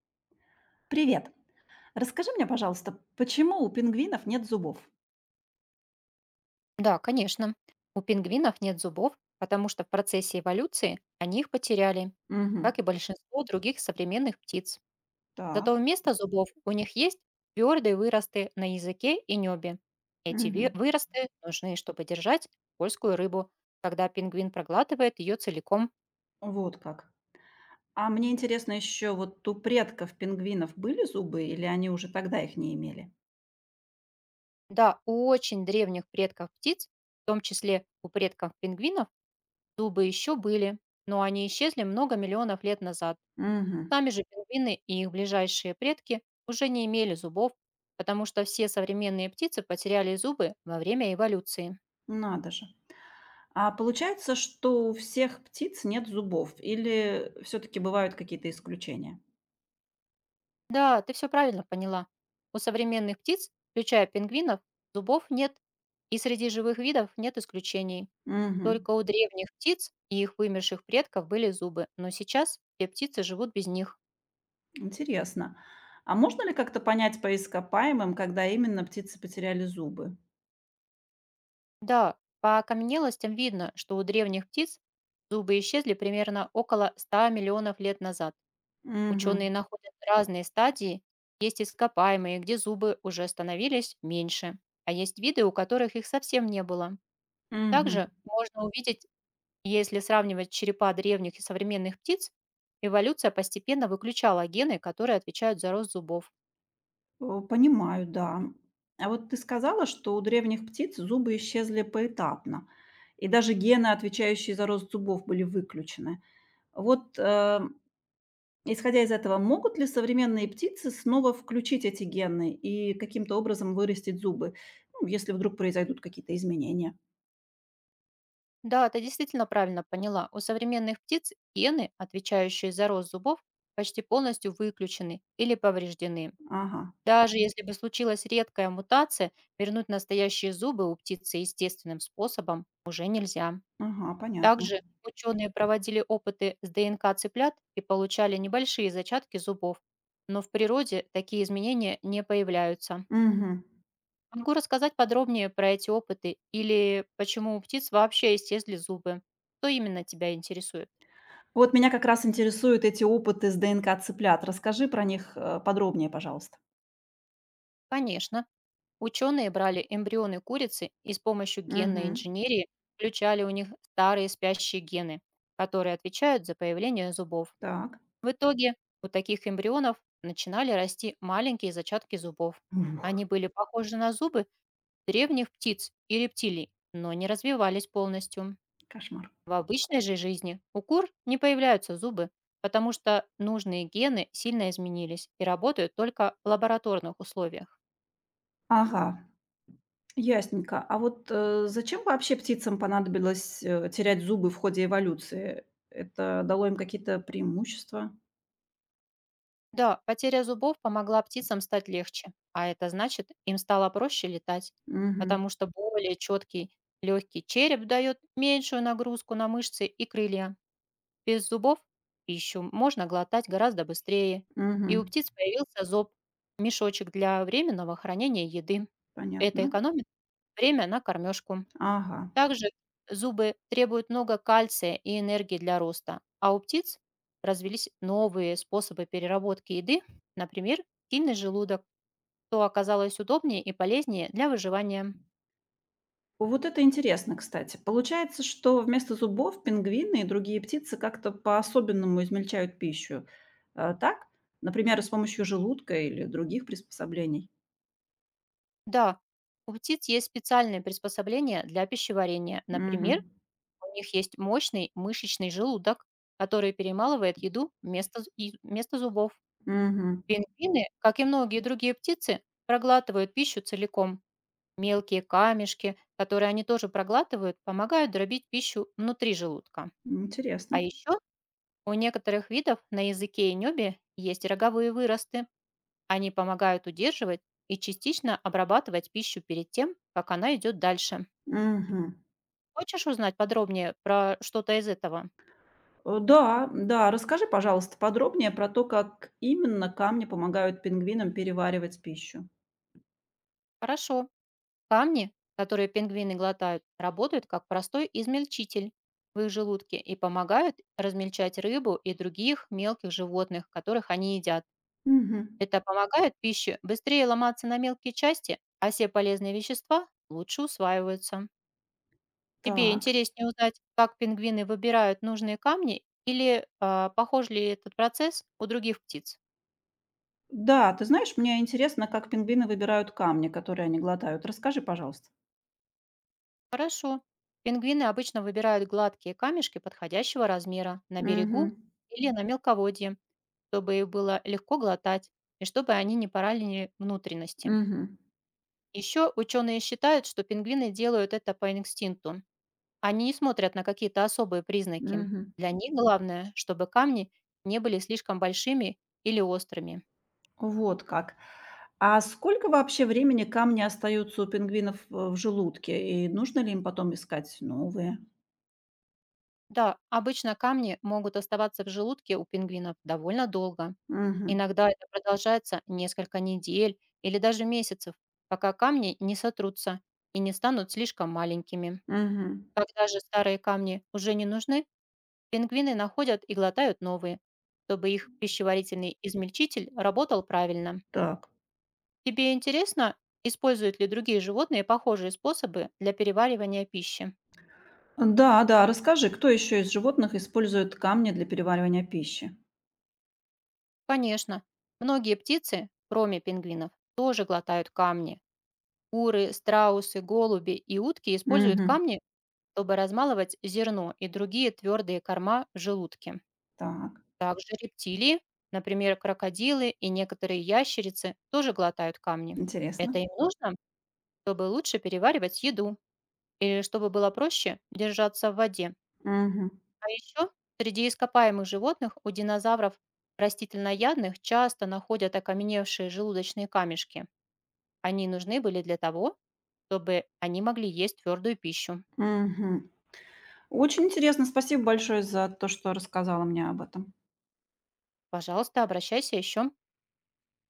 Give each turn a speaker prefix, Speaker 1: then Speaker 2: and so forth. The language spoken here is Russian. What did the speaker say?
Speaker 1: Привет. Расскажи мне, пожалуйста, почему у пингвинов нет зубов?
Speaker 2: Да, конечно. У пингвинов нет зубов, потому что в процессе эволюции они их потеряли, как
Speaker 1: Мгм.
Speaker 2: и большинство других современных птиц. Зато
Speaker 1: Так.
Speaker 2: вместо зубов у них есть твердые выросты на языке и небе. Эти ви-
Speaker 1: Мгм.
Speaker 2: выросты нужны, чтобы держать польскую рыбу, когда пингвин проглатывает ее целиком.
Speaker 1: Вот как. А мне интересно еще, вот у предков пингвинов были зубы или они уже тогда их не имели?
Speaker 2: Да, у очень древних предков птиц, в том числе у предков пингвинов, зубы еще были, но они исчезли много миллионов лет назад.
Speaker 1: Мгм.
Speaker 2: Сами же пингвины и их ближайшие предки уже не имели зубов, потому что все современные птицы потеряли зубы во время эволюции.
Speaker 1: Надо же. А получается, что у всех птиц нет зубов или все-таки бывают какие-то исключения?
Speaker 2: Да, ты все правильно поняла. У современных птиц, включая пингвинов, зубов нет. И среди живых видов нет исключений.
Speaker 1: Мгм.
Speaker 2: Только у древних птиц и их вымерших предков были зубы, но сейчас все птицы живут без них.
Speaker 1: Интересно. А можно ли как-то понять по ископаемым, когда именно птицы потеряли зубы?
Speaker 2: Да, по окаменелостям видно, что у древних птиц зубы исчезли примерно около 100 миллионов лет назад. Ученые
Speaker 1: Мгм.
Speaker 2: находят разные стадии. Есть ископаемые, где зубы уже становились меньше, а есть виды, у которых их совсем не было.
Speaker 1: Мгм.
Speaker 2: Также можно увидеть, если сравнивать черепа древних и современных птиц, эволюция постепенно выключала гены, которые отвечают за рост зубов.
Speaker 1: О, понимаю, да. А вот ты сказала, что у древних птиц зубы исчезли поэтапно, и даже гены, отвечающие за рост зубов, были выключены. Вот, э, Исходя из этого, могут ли современные птицы снова включить эти гены и каким-то образом вырастить зубы, ну, если вдруг произойдут какие-то изменения?
Speaker 2: Да, ты действительно правильно поняла. У современных птиц гены, отвечающие за рост зубов, почти полностью выключены или повреждены.
Speaker 1: Ага,
Speaker 2: Даже если бы случилась редкая мутация, вернуть настоящие зубы у птицы естественным способом уже нельзя.
Speaker 1: ага, понятно.
Speaker 2: Также ученые проводили опыты с ДНК цыплят и получали небольшие зачатки зубов, но в природе такие изменения не появляются.
Speaker 1: Мгм.
Speaker 2: Могу рассказать подробнее про эти опыты или почему у птиц вообще исчезли зубы. Что именно тебя интересует?
Speaker 1: Вот меня как раз интересуют эти опыты с ДНК цыплят. Расскажи про них, подробнее, пожалуйста.
Speaker 2: Конечно. Ученые брали эмбрионы курицы и с помощью генной
Speaker 1: Угу.
Speaker 2: инженерии включали у них старые спящие гены, которые отвечают за появление зубов.
Speaker 1: Так.
Speaker 2: В итоге у таких эмбрионов начинали расти маленькие зачатки зубов.
Speaker 1: Ух,
Speaker 2: Они были похожи на зубы древних птиц и рептилий, но не развивались полностью.
Speaker 1: кошмар.
Speaker 2: В обычной же жизни у кур не появляются зубы, потому что нужные гены сильно изменились и работают только в лабораторных условиях.
Speaker 1: Ага, ясненько. А вот, зачем вообще птицам понадобилось, терять зубы в ходе эволюции? Это дало им какие-то преимущества?
Speaker 2: Да, потеря зубов помогла птицам стать легче, а это значит, им стало проще летать,
Speaker 1: Мгм,
Speaker 2: потому что более четкий легкий череп дает меньшую нагрузку на мышцы и крылья. Без зубов пищу можно глотать гораздо быстрее. И у
Speaker 1: мгм,
Speaker 2: птиц появился зоб, мешочек для временного хранения еды. Это
Speaker 1: понятно.
Speaker 2: экономит время на кормежку.
Speaker 1: Ага.
Speaker 2: Также зубы требуют много кальция и энергии для роста, а у птиц развились новые способы переработки еды, например, сильный желудок, что оказалось удобнее и полезнее для выживания.
Speaker 1: Вот это интересно, кстати. Получается, что вместо зубов пингвины и другие птицы как-то по-особенному измельчают пищу. Так? Например, с помощью желудка или других приспособлений.
Speaker 2: Да, у птиц есть специальные приспособления для пищеварения. Например,
Speaker 1: Мгм,
Speaker 2: у них есть мощный мышечный желудок, который перемалывает еду вместо зубов.
Speaker 1: мгм.
Speaker 2: Пингвины, как и многие другие птицы, проглатывают пищу целиком. Мелкие камешки, которые они тоже проглатывают, помогают дробить пищу внутри желудка.
Speaker 1: Интересно.
Speaker 2: А еще у некоторых видов на языке и небе есть роговые выросты. Они помогают удерживать и частично обрабатывать пищу перед тем, как она идет дальше.
Speaker 1: Мгм.
Speaker 2: Хочешь узнать подробнее про что-то из этого?
Speaker 1: Да, да. Расскажи, пожалуйста, подробнее про то, как именно камни помогают пингвинам переваривать пищу.
Speaker 2: Хорошо. Камни, которые пингвины глотают, работают как простой измельчитель в их желудке и помогают размельчать рыбу и других мелких животных, которых они едят.
Speaker 1: Мгм.
Speaker 2: Это помогает пище быстрее ломаться на мелкие части, а все полезные вещества лучше усваиваются. Тебе
Speaker 1: Так.
Speaker 2: интереснее узнать, как пингвины выбирают нужные камни или похож ли этот процесс у других птиц?
Speaker 1: Да, ты знаешь, мне интересно, как пингвины выбирают камни, которые они глотают. Расскажи, пожалуйста.
Speaker 2: Хорошо. Пингвины обычно выбирают гладкие камешки подходящего размера на берегу
Speaker 1: Мгм.
Speaker 2: или на мелководье, чтобы их было легко глотать и чтобы они не поранили внутренности.
Speaker 1: Мгм.
Speaker 2: Еще ученые считают, что пингвины делают это по инстинкту. Они не смотрят на какие-то особые признаки.
Speaker 1: Мгм.
Speaker 2: Для них главное, чтобы камни не были слишком большими или острыми.
Speaker 1: Вот как. А сколько вообще времени камни остаются у пингвинов в желудке? И нужно ли им потом искать новые?
Speaker 2: Да, обычно камни могут оставаться в желудке у пингвинов довольно долго.
Speaker 1: Угу.
Speaker 2: Иногда это продолжается несколько недель или даже месяцев, пока камни не сотрутся и не станут слишком маленькими.
Speaker 1: Угу.
Speaker 2: Когда же старые камни уже не нужны, пингвины находят и глотают новые, чтобы их пищеварительный измельчитель работал правильно.
Speaker 1: Так.
Speaker 2: Тебе интересно, используют ли другие животные похожие способы для переваривания пищи?
Speaker 1: Да, да, расскажи, кто еще из животных использует камни для переваривания пищи?
Speaker 2: Конечно. Многие птицы, кроме пингвинов, тоже глотают камни. Куры, страусы, голуби и утки используют
Speaker 1: Мгм.
Speaker 2: камни, чтобы размалывать зерно и другие твердые корма в желудке.
Speaker 1: Так,
Speaker 2: Также рептилии, например, крокодилы и некоторые ящерицы, тоже глотают камни. Это
Speaker 1: интересно.
Speaker 2: им нужно, чтобы лучше переваривать еду или чтобы было проще держаться в воде.
Speaker 1: Мгм.
Speaker 2: А еще среди ископаемых животных у динозавров растительноядных часто находят окаменевшие желудочные камешки. Они нужны были для того, чтобы они могли есть твердую пищу.
Speaker 1: Мгм. Очень интересно. Спасибо большое за то, что рассказала мне об этом.
Speaker 2: Пожалуйста, обращайся еще.